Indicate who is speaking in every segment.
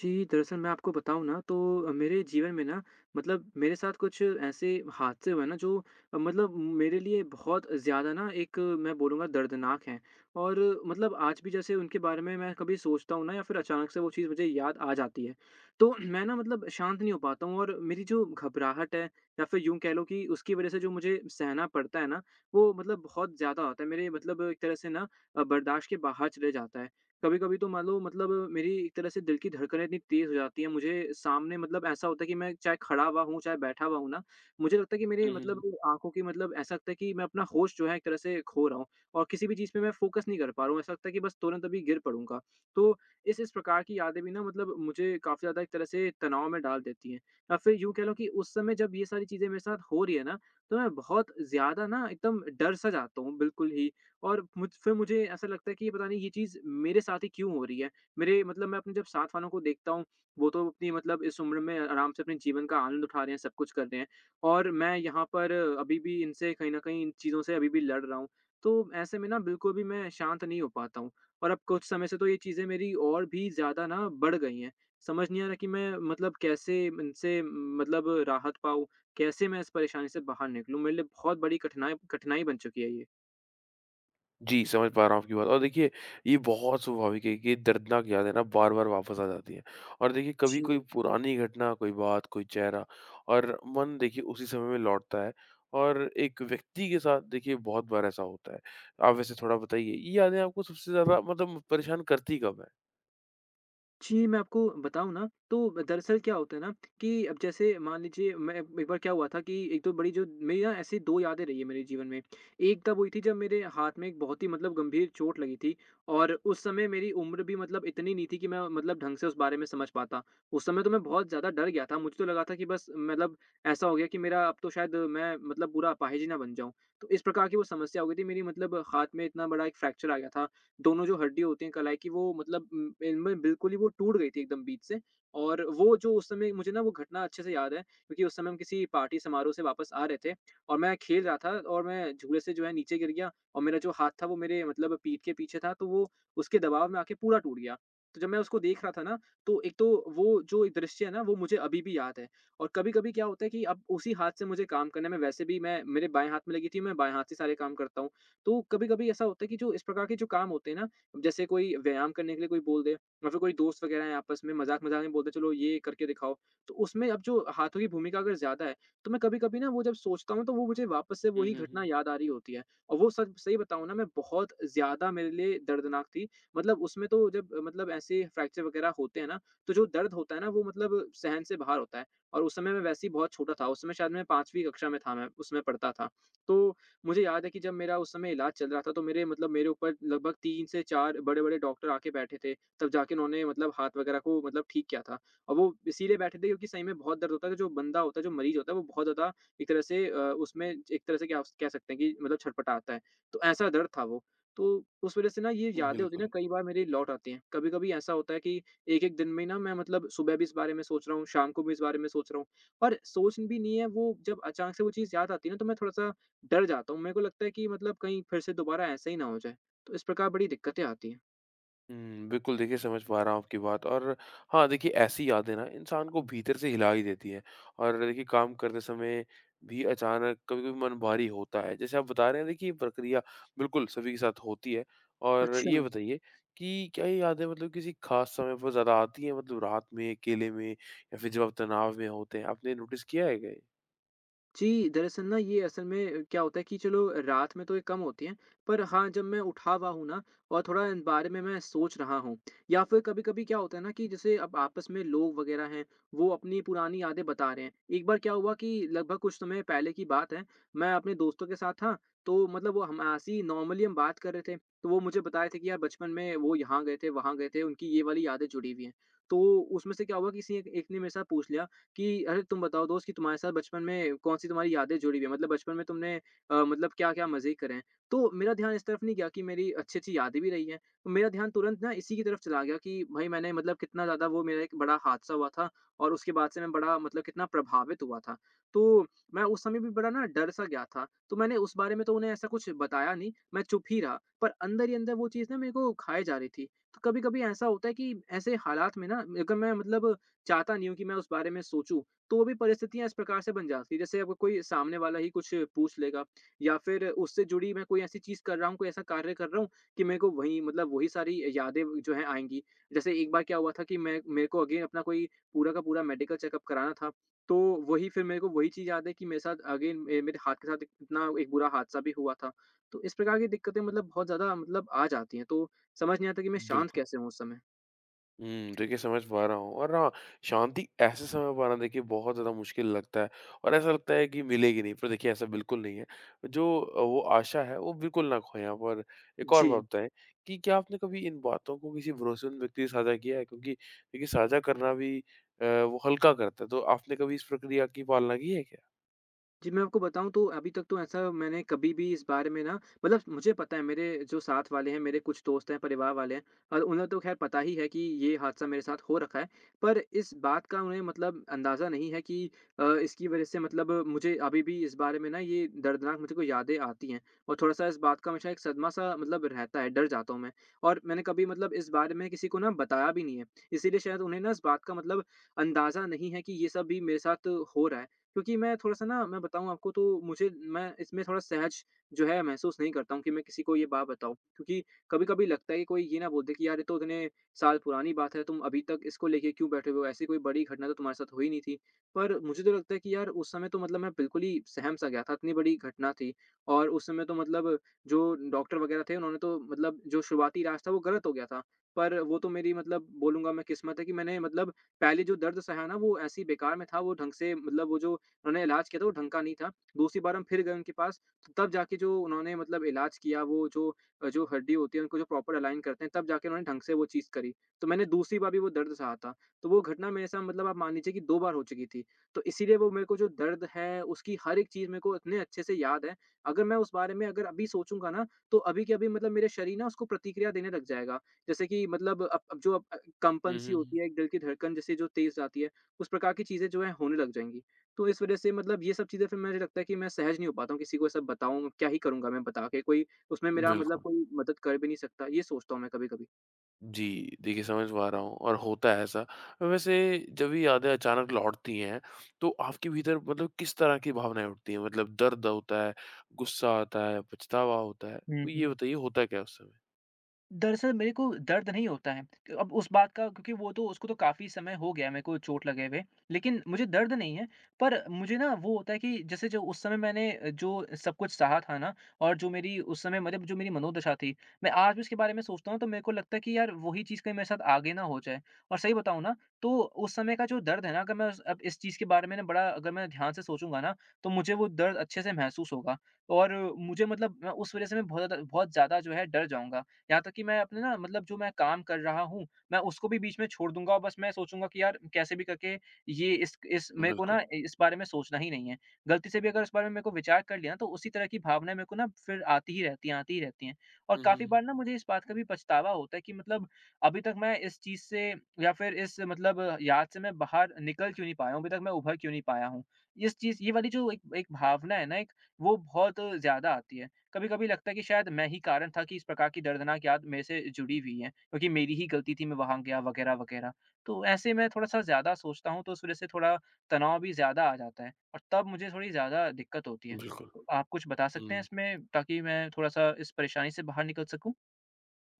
Speaker 1: जी, दरअसल मैं आपको बताऊँ ना तो मेरे जीवन में ना मतलब मेरे साथ कुछ ऐसे हादसे हुए ना जो मतलब मेरे लिए बहुत ज़्यादा ना एक मैं बोलूँगा दर्दनाक हैं। और मतलब आज भी जैसे उनके बारे में मैं कभी सोचता हूँ ना या फिर अचानक से वो चीज़ मुझे याद आ जाती है। तो मैं ना मतलब शांत नहीं हो पाता हूँ और मेरी जो घबराहट है या फिर यूँ कह लो कि उसकी वज़ह से जो मुझे सहना पड़ता है ना, वो मतलब बहुत ज़्यादा होता है। मेरे मतलब एक तरह से ना बर्दाश्त के बाहर चले जाता है। कभी-कभी तो मान लो मतलब मेरी एक तरह से दिल की धड़कनें इतनी तेज़ हो जाती हैं, मुझे सामने मतलब ऐसा होता है कि मैं चाहे खड़ा हुआ हूँ, चाहे बैठा हुआ हूँ ना, मुझे लगता है कि मेरे
Speaker 2: हुँ, हुँ,
Speaker 1: मतलब
Speaker 2: हुँ।
Speaker 1: आँखों की मतलब ऐसा लगता है कि मैं अपना होश जो है एक तरह से खो रहा हूँ और किसी भी चीज़ पे मैं फ़ोकस नहीं कर पा रहा हूँ। ऐसा लगता है कि बस तुरंत अभी गिर पड़ूँगा। तो इस प्रकार की यादें भी ना मतलब मुझे काफ़ी ज़्यादा एक तरह से तनाव में डाल देती हैं या फिर यूँ कह लो कि उस समय जब ये सारी चीज़ें मेरे साथ हो रही है ना, तो मैं बहुत ज़्यादा ना एकदम डर-सा जाता हूँ बिल्कुल ही और मुझे ऐसा लगता है कि ये पता नहीं ये चीज़ मेरे साथ ही क्यों हो रही है? मेरे मतलब मैं अपने जब साथ वालों को देखता हूँ, वो तो अपनी मतलब इस उम्र में आराम से अपने जीवन का आनंद उठा रहे हैं, सब कुछ कर रहे हैं और मैं यहाँ पर अभी भी इनसे कहीं न कहीं इन चीज़ों से अभी भी लड़ रहा हूँ। तो ऐसे में ना बिल्कुल भी मैं शांत नहीं हो पाता हूँ और अब कुछ समय से तो ये चीज़ें मेरी और भी ज़्यादा ना बढ़ गई हैं। समझ नहीं आ रहा कि मैं मतलब कैसे इनसे मतलब राहत पाऊँ? कैसे मैं इस परेशानी से बाहर निकलूँ? मेरे लिए बहुत बड़ी कठिनाई कठिनाई बन चुकी है ये।
Speaker 2: जी, समझ पा रहा हूँ आपकी बात और देखिए, ये बहुत स्वाभाविक है कि ये दर्दनाक यादें ना बार-बार वापस आ जाती हैं और देखिए कभी
Speaker 1: जी।
Speaker 2: कोई पुरानी घटना, कोई बात, कोई चेहरा और मन देखिए उसी समय में लौटता है और एक व्यक्ति के साथ देखिए बहुत बार ऐसा होता है। आप वैसे थोड़ा बताइए, ये यादें आपको सबसे ज़्यादा मतलब परेशान करती कब हैं?
Speaker 1: जी, मैं आपको बताऊँ ना, तो दरअसल क्या होता है ना कि अब जैसे मान लीजिए मैं एक बार क्या हुआ था कि एक तो बड़ी जो मेरी ना ऐसी 2 यादें रही है मेरे जीवन में। एक तब हुई थी जब मेरे हाथ में एक बहुत ही मतलब गंभीर चोट लगी थी और उस समय मेरी उम्र भी मतलब इतनी नहीं थी कि मैं मतलब ढंग से उस बारे में समझ पाता। उस समय तो मैं बहुत ज़्यादा डर गया था, मुझे तो लगा था कि बस मतलब ऐसा हो गया कि मेरा अब तो शायद मैं मतलब पूरा अपाहिज ही ना बन जाऊँ। तो इस प्रकार की वो समस्या हो गई थी मेरी मतलब हाथ में इतना बड़ा एक फ्रैक्चर आ गया था दोनों जो हड्डियाँ होती हैं कलाई की वो मतलब इनमें बिल्कुल ही वो टूट गई थी एकदम बीच से और वो जो उस समय मुझे ना वो घटना अच्छे से याद है क्योंकि उस समय हम किसी पार्टी समारोह से वापस आ रहे थे और मैं खेल रहा था और मैं झूले से जो है नीचे गिर गया और मेरा जो हाथ था वो मेरे मतलब पीठ के पीछे था तो वो उसके दबाव में आके पूरा टूट गया। तो जब मैं उसको देख रहा था ना तो एक तो वो जो एक दृश्य है ना वो मुझे अभी भी याद है और कभी-कभी क्या होता है कि अब उसी हाथ से मुझे काम करने में वैसे भी मैं मेरे बाएँ हाथ में लगी थी, मैं बाएँ हाथ से सारे काम करता हूँ। तो कभी-कभी ऐसा होता है कि जो इस प्रकार के जो काम होते हैं ना, जैसे कोई व्यायाम करने के लिए कोई बोल दे या फिर कोई दोस्त वगैरह है आपस में मज़ाक-मज़ाक में बोलते हैं, "चलो ये करके दिखाओ।" तो उसमें अब जो हाथों की भूमिका अगर ज़्यादा है, तो मैं कभी-कभी ना वो जब सोचता हूँ, तो वो मुझे वापस से
Speaker 2: हुँ,
Speaker 1: वही
Speaker 2: हुँ, हुँ।
Speaker 1: घटना याद आ रही होती है और वो सच सही बताऊँ ना मैं बहुत ज़्यादा मेरे लिए दर्दनाक थी। मतलब उसमें तो जब मतलब ऐसे फ्रैक्चर वगैरह होते हैं ना, तो जो दर्द होता है ना वो मतलब सहन से बाहर होता है और उस समय मैं वैसे ही बहुत छोटा था, उस समय शायद मैं 5वीं कक्षा में था मैं उसमें पढ़ता था। तो मुझे याद है कि जब मेरा उस समय इलाज चल रहा था तो मेरे मतलब मेरे ऊपर लगभग 3 से 4 बड़े-बड़े डॉक्टर आके बैठे थे, तब जाके उन्होंने मतलब हाथ वगैरह को मतलब ठीक किया था। और वो इसीलिए बैठे थे क्योंकि सही में बहुत दर्द होता है, तो जो बंदा होता है, जो मरीज़ होता है, वो बहुत ज़्यादा एक तरह से उसमें एक तरह से क्या कह सकते हैं कि मतलब छटपटाता है, तो ऐसा दर्द था वो। तो उस वजह से ना ये यादें होती हैं ना
Speaker 2: बिल्कुल।
Speaker 1: कई बार मेरी लौट आती हैं। कभी-कभी ऐसा होता है कि एक-एक दिन में ही ना मैं मतलब सुबह भी इस बारे में सोच रहा हूँ, शाम को भी इस बारे में सोच रहा हूँ और सोच भी नहीं है वो जब अचानक से वो चीज़ याद आती है ना तो मैं थोड़ा-सा डर जाता हूँ। मेरे को लगता है कि मतलब कहीं फिर से दोबारा ऐसा ही ना हो जाए, तो इस प्रकार बड़ी दिक्कतें आती हैं।
Speaker 2: हुँ, बिल्कुल देखिए समझ पा रहा हूँ आपकी बात और हाँ, देखिए ऐसी यादें ना इंसान को भीतर से हिला ही देती हैं और देखिए काम करते समय भी अचानक कभी-कभी मन भारी होता है। जैसे आप बता रहे हैं देखिए ये प्रक्रिया बिल्कुल सभी के साथ होती है और
Speaker 1: अच्छा।
Speaker 2: ये बताइए कि क्या ये यादें मतलब किसी ख़ास समय पर ज़्यादा आती हैं मतलब रात में, अकेले में या फिर जब आप तनाव में होते हैं? आपने नोटिस किया है क्या ये?
Speaker 1: जी, दरअसल ना ये असल में क्या होता है कि चलो रात में तो ये कम होती हैं, पर हाँ, जब मैं उठा हुआ हूँ ना और थोड़ा इन बारे में मैं सोच रहा हूँ या फिर कभी-कभी क्या होता है ना कि जैसे अब आपस में लोग वगैरह हैं, वो अपनी पुरानी यादें बता रहे हैं। एक बार क्या हुआ कि लगभग कुछ समय पहले की बात है, मैं अपने दोस्तों के साथ था, तो मतलब वो हम ऐसे ही नॉर्मली हम बात कर रहे थे, तो वो मुझे बता रहे थे कि यार बचपन में वो यहाँ गए थे, वहाँ गए थे, उनकी ये वाली यादें जुड़ी हुई हैं। तो उसमें से क्या हुआ कि किसी एक एक ने मेरे साथ पूछ लिया कि अरे तुम बताओ दोस्त कि तुम्हारे साथ बचपन में कौन-सी तुम्हारी यादें जुड़ी हुई है? मतलब बचपन में तुमने मतलब क्या-क्या मज़े करे हैं? तो मेरा ध्यान इस तरफ नहीं गया कि मेरी अच्छी-अच्छी यादें भी रही हैं। तो मेरा ध्यान तुरंत ना इसी की तरफ चला गया कि भाई मैंने मतलब कितना ज़्यादा वो मेरा एक बड़ा हादसा हुआ था और उसके बाद से मैं बड़ा मतलब कितना प्रभावित हुआ था। तो मैं उस समय भी बड़ा ना डर-सा गया था। तो मैंने उस बारे में तो उन्हें ऐसा कुछ बताया नहीं, मैं चुप ही रहा। पर अंदर ही अंदर वो चीज़ ना मेरे को खाए जा रही थी। तो कभी-कभी ऐसा होता है कि ऐसे हालात में ना अगर मैं मतलब चाहता नहीं हूँ कि मैं उस बारे में सोचूँ, तो वो भी परिस्थितियाँ इस प्रकार से बन जाती हैं, जैसे अब कोई सामने वाला ही कुछ पूछ लेगा या फिर उससे जुड़ी मैं कोई ऐसी चीज़ कर रहा हूँ, कोई ऐसा कार्य कर रहा हूँ कि मेरे को वही मतलब वही सारी यादें जो हैं आएँगी। जैसे एक बार क्या हुआ था कि मैं मेरे को अगेन अपना कोई पूरा का पूरा मेडिकल चेकअप कराना था, तो वही फिर मेरे को वही चीज़ याद है कि मेरे साथ अगेन मे मेरे हाथ के साथ इतना एक बुरा हादसा भी हुआ था। तो इस प्रकार की दिक्कतें मतलब बहुत ज़्यादा मतलब आ जाती हैं, तो समझ नहीं आता कि मैं शांत
Speaker 2: बिल्कुल।
Speaker 1: कैसे हूँ उस समय?
Speaker 2: हुँ, देखिए समझ पा रहा हूँ और हाँ, शांति ऐसे समय पाना देखिए बहुत ज़्यादा मुश्किल लगता है और ऐसा लगता है कि मिलेगी नहीं, पर देखिए ऐसा बिल्कुल नहीं है। जो वो आशा है वो बिल्कुल ना खोएँ आप और एक और बात
Speaker 1: जी।
Speaker 2: बताएँ कि क्या आपने कभी इन बातों को किसी भरोसेमंद व्यक्ति से साझा किया है? क्योंकि देखिए साझा करना भी वो हल्का करता है, तो आपने कभी इस प्रक्रिया की पालना की है क्या?
Speaker 1: जी, मैं आपको बताऊँ तो अभी तक तो ऐसा मैंने कभी भी इस बारे में ना मतलब मुझे पता है मेरे जो साथ वाले हैं, मेरे कुछ दोस्त हैं, परिवार वाले हैं और उन्हें तो खैर पता ही है कि ये हादसा मेरे साथ हो रखा है। पर इस बात का उन्हें मतलब अंदाज़ा नहीं है कि इसकी वज़ह से मतलब मुझे अभी भी इस बारे में ना ये दर्दनाक मुझको यादें आती हैं और थोड़ा-सा इस बात का हमेशा एक सदमा-सा मतलब रहता है, डर जाता हूँ मैं। और मैंने कभी मतलब इस बारे में किसी को ना बताया भी नहीं है। इसीलिए शायद उन्हें ना इस बात का मतलब अंदाज़ा नहीं है कि ये सब भी मेरे साथ हो रहा है। क्योंकि मैं थोड़ा-सा ना मैं बताऊँ आपको तो मुझे मैं इसमें थोड़ा सहज जो है महसूस नहीं करता हूँ कि मैं किसी को ये बात बताऊँ। क्योंकि कभी-कभी लगता है कि कोई ये ना बोल दे कि यार ये तो इतने साल पुरानी बात है, तुम अभी तक इसको लेके क्यों बैठे हुए हो? ऐसी कोई बड़ी घटना तो तुम्हारे साथ हुई नहीं थी। पर मुझे तो लगता है कि यार उस समय तो मतलब मैं बिल्कुल ही सहम-सा गया था, इतनी बड़ी घटना थी। और उस समय तो मतलब जो डॉक्टर वगैरह थे उन्होंने तो मतलब जो शुरुआती इलाज था वो गलत हो गया था। पर वो तो मेरी मतलब बोलूँगा मैं किस्मत है कि मैंने मतलब पहले जो दर्द सहा ना वो ऐसे ही बेकार में था, वो ढंग से मतलब वो जो उन्होंने इलाज किया था वो ढंग का नहीं था। दूसरी बार हम फिर गए उनके पास, तो तब जाके जो उन्होंने मतलब इलाज किया वो जो हड्डी होती है उनको जो प्रॉपर अलाइन करते हैं, तब जाके उन्होंने ढंग से वो चीज़ करी। तो मैंने दूसरी बार भी वो दर्द सहा था। तो वो घटना मेरे साथ मतलब आप मान लीजिए कि 2 बार हो चुकी थी। तो इसीलिए वो मेरे को जो दर्द है उसकी हर एक चीज़ मेरे को इतने अच्छे से याद है। अगर मैं उस बारे में अगर अभी सोचूँगा ना, तो अभी के अभी मतलब मेरा शरीर ना उसको प्रतिक्रिया देने लग जाएगा। जैसे कि मतलब अब
Speaker 2: हुँ,
Speaker 1: कंपन-सी
Speaker 2: हुँ, हुँ।
Speaker 1: होती है, एक दिल की धड़कन जैसे जो तेज़ आती है, उस प्रकार की चीज़ें जो है होने लग जाएँगी। तो इस वज़ह से मतलब ये सब चीज़ें फिर मुझे लगता है कि मैं सहज नहीं हो पाता हूँ, किसी को ये सब बताऊँ, क्या ही करूँगा मैं बता के? कोई उसमें मेरा मतलब
Speaker 2: बिल्कुल।
Speaker 1: कोई मदद कर भी नहीं सकता, ये सोचता हूँ मैं कभी-कभी।
Speaker 2: जी, देखिए समझ पा रहा हूँ और होता है ऐसा। वैसे जब ये यादें अचानक लौटती हैं, तो आपके भीतर मतलब किस तरह की भावनाएँ उठती हैं? मतलब दर्द होता है, गुस्सा आता है, पछतावा होता है?
Speaker 1: हुँ, हुँ।
Speaker 2: ये बताइए होता क्या है उस समय?
Speaker 1: दरअसल मेरे को दर्द नहीं होता है अब उस बात का, क्योंकि वो तो उसको तो काफ़ी समय हो गया मेरे को चोट लगे हुए, लेकिन मुझे दर्द नहीं है। पर मुझे ना वो होता है कि जैसे जो उस समय मैंने जो सब कुछ सहा था ना, और जो मेरी उस समय मतलब जो मेरी मनोदशा थी, मैं आज भी उसके बारे में सोचता हूँ, तो मेरे को लगता है कि यार वही चीज़ कहीं मेरे साथ आगे ना हो जाए। और सही बताऊँ ना, तो उस समय का जो दर्द है ना, अगर मैं उस अब इस चीज़ के बारे में ना बड़ा अगर मैं ध्यान से सोचूँगा ना, तो मुझे वो दर्द अच्छे से महसूस होगा, और मुझे मतलब मैं उस वज़ह से मैं बहुत ज़्यादा जो है डर जाऊँगा। यहाँ तक कि मैं अपने ना मतलब जो मैं काम कर रहा हूँ, मैं उसको भी बीच में छोड़ दूँगा, और बस मैं सोचूँगा कि यार कैसे भी करके ये इस मेरे को
Speaker 2: बिल्कुल।
Speaker 1: ना इस बारे में सोचना ही नहीं है। गलती से भी अगर इस बारे में मेरे को विचार कर लिया ना, तो उसी तरह की भावनाएँ मेरे को ना फिर आती ही रहती हैं, आती ही रहती हैं। और
Speaker 2: हुँ, हुँ,
Speaker 1: काफ़ी
Speaker 2: हुँ।
Speaker 1: बार ना मुझे इस बात का भी पछतावा होता है कि मतलब अभी तक मैं इस चीज़ से, या फिर इस मतलब याद से मैं बाहर निकल क्यों नहीं पाया हूँ, अभी तक मैं उभर क्यों नहीं पाया हूँ। इस चीज़, ये वाली जो एक एक भावना है ना, एक, वो बहुत ज़्यादा आती है। कभी-कभी लगता है कि शायद मैं ही कारण था कि इस प्रकार की दर्दनाक याद मेरे से जुड़ी हुई है, क्योंकि मेरी ही गलती थी, मैं वहाँ गया वगैरह, वगैरह। तो ऐसे मैं थोड़ा-सा ज़्यादा सोचता हूँ, तो उस वज़ह से थोड़ा तनाव भी ज़्यादा आ जाता है और तब मुझे थोड़ी ज़्यादा दिक्कत होती है।
Speaker 2: बिल्कुल।
Speaker 1: तो आप कुछ बता सकते हैं
Speaker 2: हुँ।
Speaker 1: इसमें, ताकि मैं थोड़ा-सा इस परेशानी से बाहर निकल सकूँ?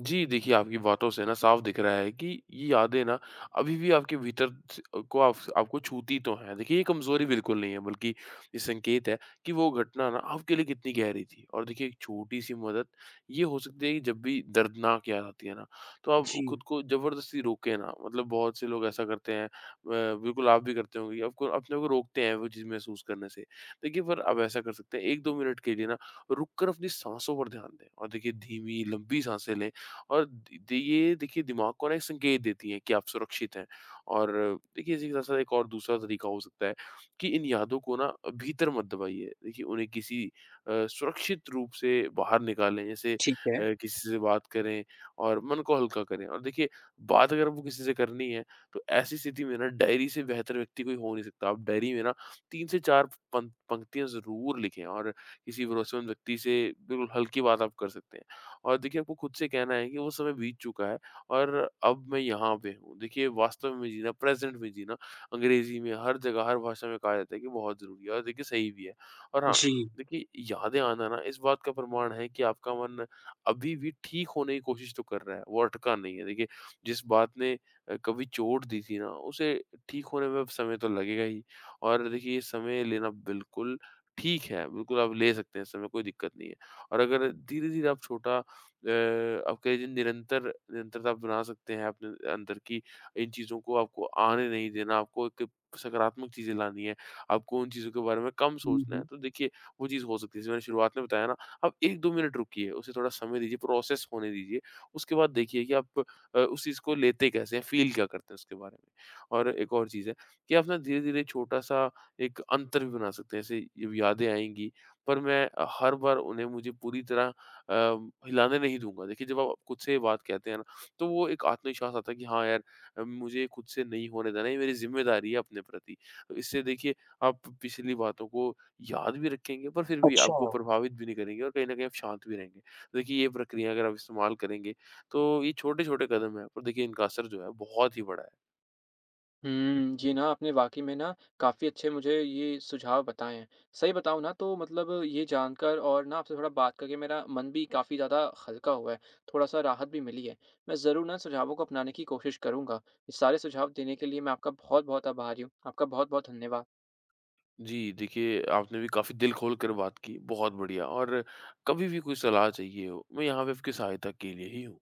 Speaker 2: जी, देखिए आपकी बातों से ना साफ दिख रहा है कि ये यादें ना अभी भी आपके भीतर स को आप आपको छूती तो हैं। देखिए ये कमज़ोरी बिल्कुल नहीं है बल्कि ये संकेत है कि वो घटना ना आपके लिए कितनी गहरी थी। और देखिए एक छोटी-सी मदद ये हो सकती है कि जब भी दर्दनाक याद आती है ना, तो आप खुद
Speaker 1: जी,
Speaker 2: को ज़बरदस्ती रोकें ना। मतलब बहुत से लोग ऐसा करते हैं, ब बिल्कुल आप भी करते होंगे कि आपको अपने को रोकते हैं वो चीज़ महसूस करने से। देखिए पर आप ऐसा कर सकते हैं 1-2 मिनट के लिए ना रुक कर अपनी साँसों पर ध्यान दें और देखिए धीमी लंबी साँसें लें। और द द ये देखिए दिमाग को ना एक संकेत देती हैं कि आप सुरक्षित हैं और देखिए इसी के साथ-साथ एक और दूसरा तरीका हो सकता है कि इन यादों को ना भीतर मत दबाइए। देखिए उन्हें किसी सुरक्षित रूप से बाहर निकालें जैसे
Speaker 1: ठीक है।
Speaker 2: किसी से बात करें और मन को हल्का करें और देखिए बात अगर आपको किसी से करनी है तो ऐसी स्थिति में ना डायरी से बेहतर व्यक्ति कोई हो नहीं सकता। आप डायरी में ना 3 से 4 पंक्तियाँ ज़रूर लिखें और किसी भरोसेमंद व्यक्ति से बिल्कुल हल्की बात आप कर सकते हैं। और देखिए आपको खुद से कहना है कि वो समय बीत चुका है और अब मैं यहाँ पे हूँ। देखिए वास्तव में जीना, प्रेज़ेंट में जीना अंग्रेज़ी में हर जगह, हर भाषा में कहा जाता है कि बहुत ज़रूरी है और देखिए सही भी है। और हाँ,
Speaker 1: जी।
Speaker 2: देखिए यादें आना ना इस बात का प्रमाण है कि आपका मन अभी भी ठीक होने की कोशिश तो कर रहा है, वो अटका नहीं है। देखिए जिस बात ने कभी चोट दी थी ना उसे ठीक होने में अब समय तो लगेगा ही और देखिए ये समय लेना बिल्कुल ठीक है, बिल्कुल आप ले सकते हैं इस समय कोई दिक्कत नहीं है। और अगर धीरे-धीरे आप छोटा अ, आप कह लीजिए निरंतरता आप बना सकते हैं अपने अंदर की। इन चीज़ों को आपको आने नहीं देना, आपको एक सकारात्मक चीज़ें लानी है, आपको उन चीज़ों के बारे में कम
Speaker 1: हुँ,
Speaker 2: सोचना है।
Speaker 1: हुँ।
Speaker 2: तो देखिए वो चीज़ हो सकती है, जैसे मैंने शुरुआत में बताया ना, आप 1-2 मिनट रुकिए, उसे थोड़ा समय दीजिए, प्रोसेस होने दीजिए। उसके बाद देखिए कि आप उस चीज़ को लेते कैसे हैं, फ़ील क्या करते हैं उसके बारे में। और एक और चीज़ है कि आप ना धीरे-धीरे छोटा-सा एक अंतर भी बना सकते हैं, जैसे ये यादें आएँगी, पर मैं हर बार उन्हें मुझे पूरी तरह अ, हिलाने नहीं दूँगा। देखिए, जब आप खुद से ये बात कहते हैं ना, तो वो एक आत्मविश्वास आता है कि हाँ यार मुझे खुद से नहीं होने देना, ये मेरी ज़िम्मेदारी है अपने प्रति। तो इससे देखिए, आप पिछली बातों को याद भी रखेंगे, पर फिर भी
Speaker 1: अच्छा।
Speaker 2: आपको प्रभावित भी नहीं करेंगे और कहीं न कहीं आप शांत भी रहेंगे। देखिए, ये प्रक्रिया अगर आप इस्तेमाल करेंगे, तो ये छोटे-छोटे कदम हैं, पर देखिए इनका असर जो है, बहुत ही बड़ा है।
Speaker 1: जी ना, आपने वाक़ई में ना काफ़ी अच्छे मुझे ये सुझाव बताएँ हैं। सही बताऊँ ना, तो मतलब ये जानकर और ना आपसे थोड़ा बात करके मेरा मन भी काफ़ी ज़्यादा हल्का हुआ है, थोड़ा-सा राहत भी मिली है। मैं ज़रूर ना सुझावों को अपनाने की कोशिश करूँगा। ये सारे सुझाव देने के लिए मैं आपका बहुत-बहुत आभारी हूँ। आपका बहुत-बहुत धन्यवाद।
Speaker 2: जी, देखिए, आपने भी काफ़ी दिल खोल कर बात की, बहुत बढ़िया और कभी भी कोई सलाह चाहिए हो, मैं यहाँ पे आपकी सहायता के लिए ही हूँ।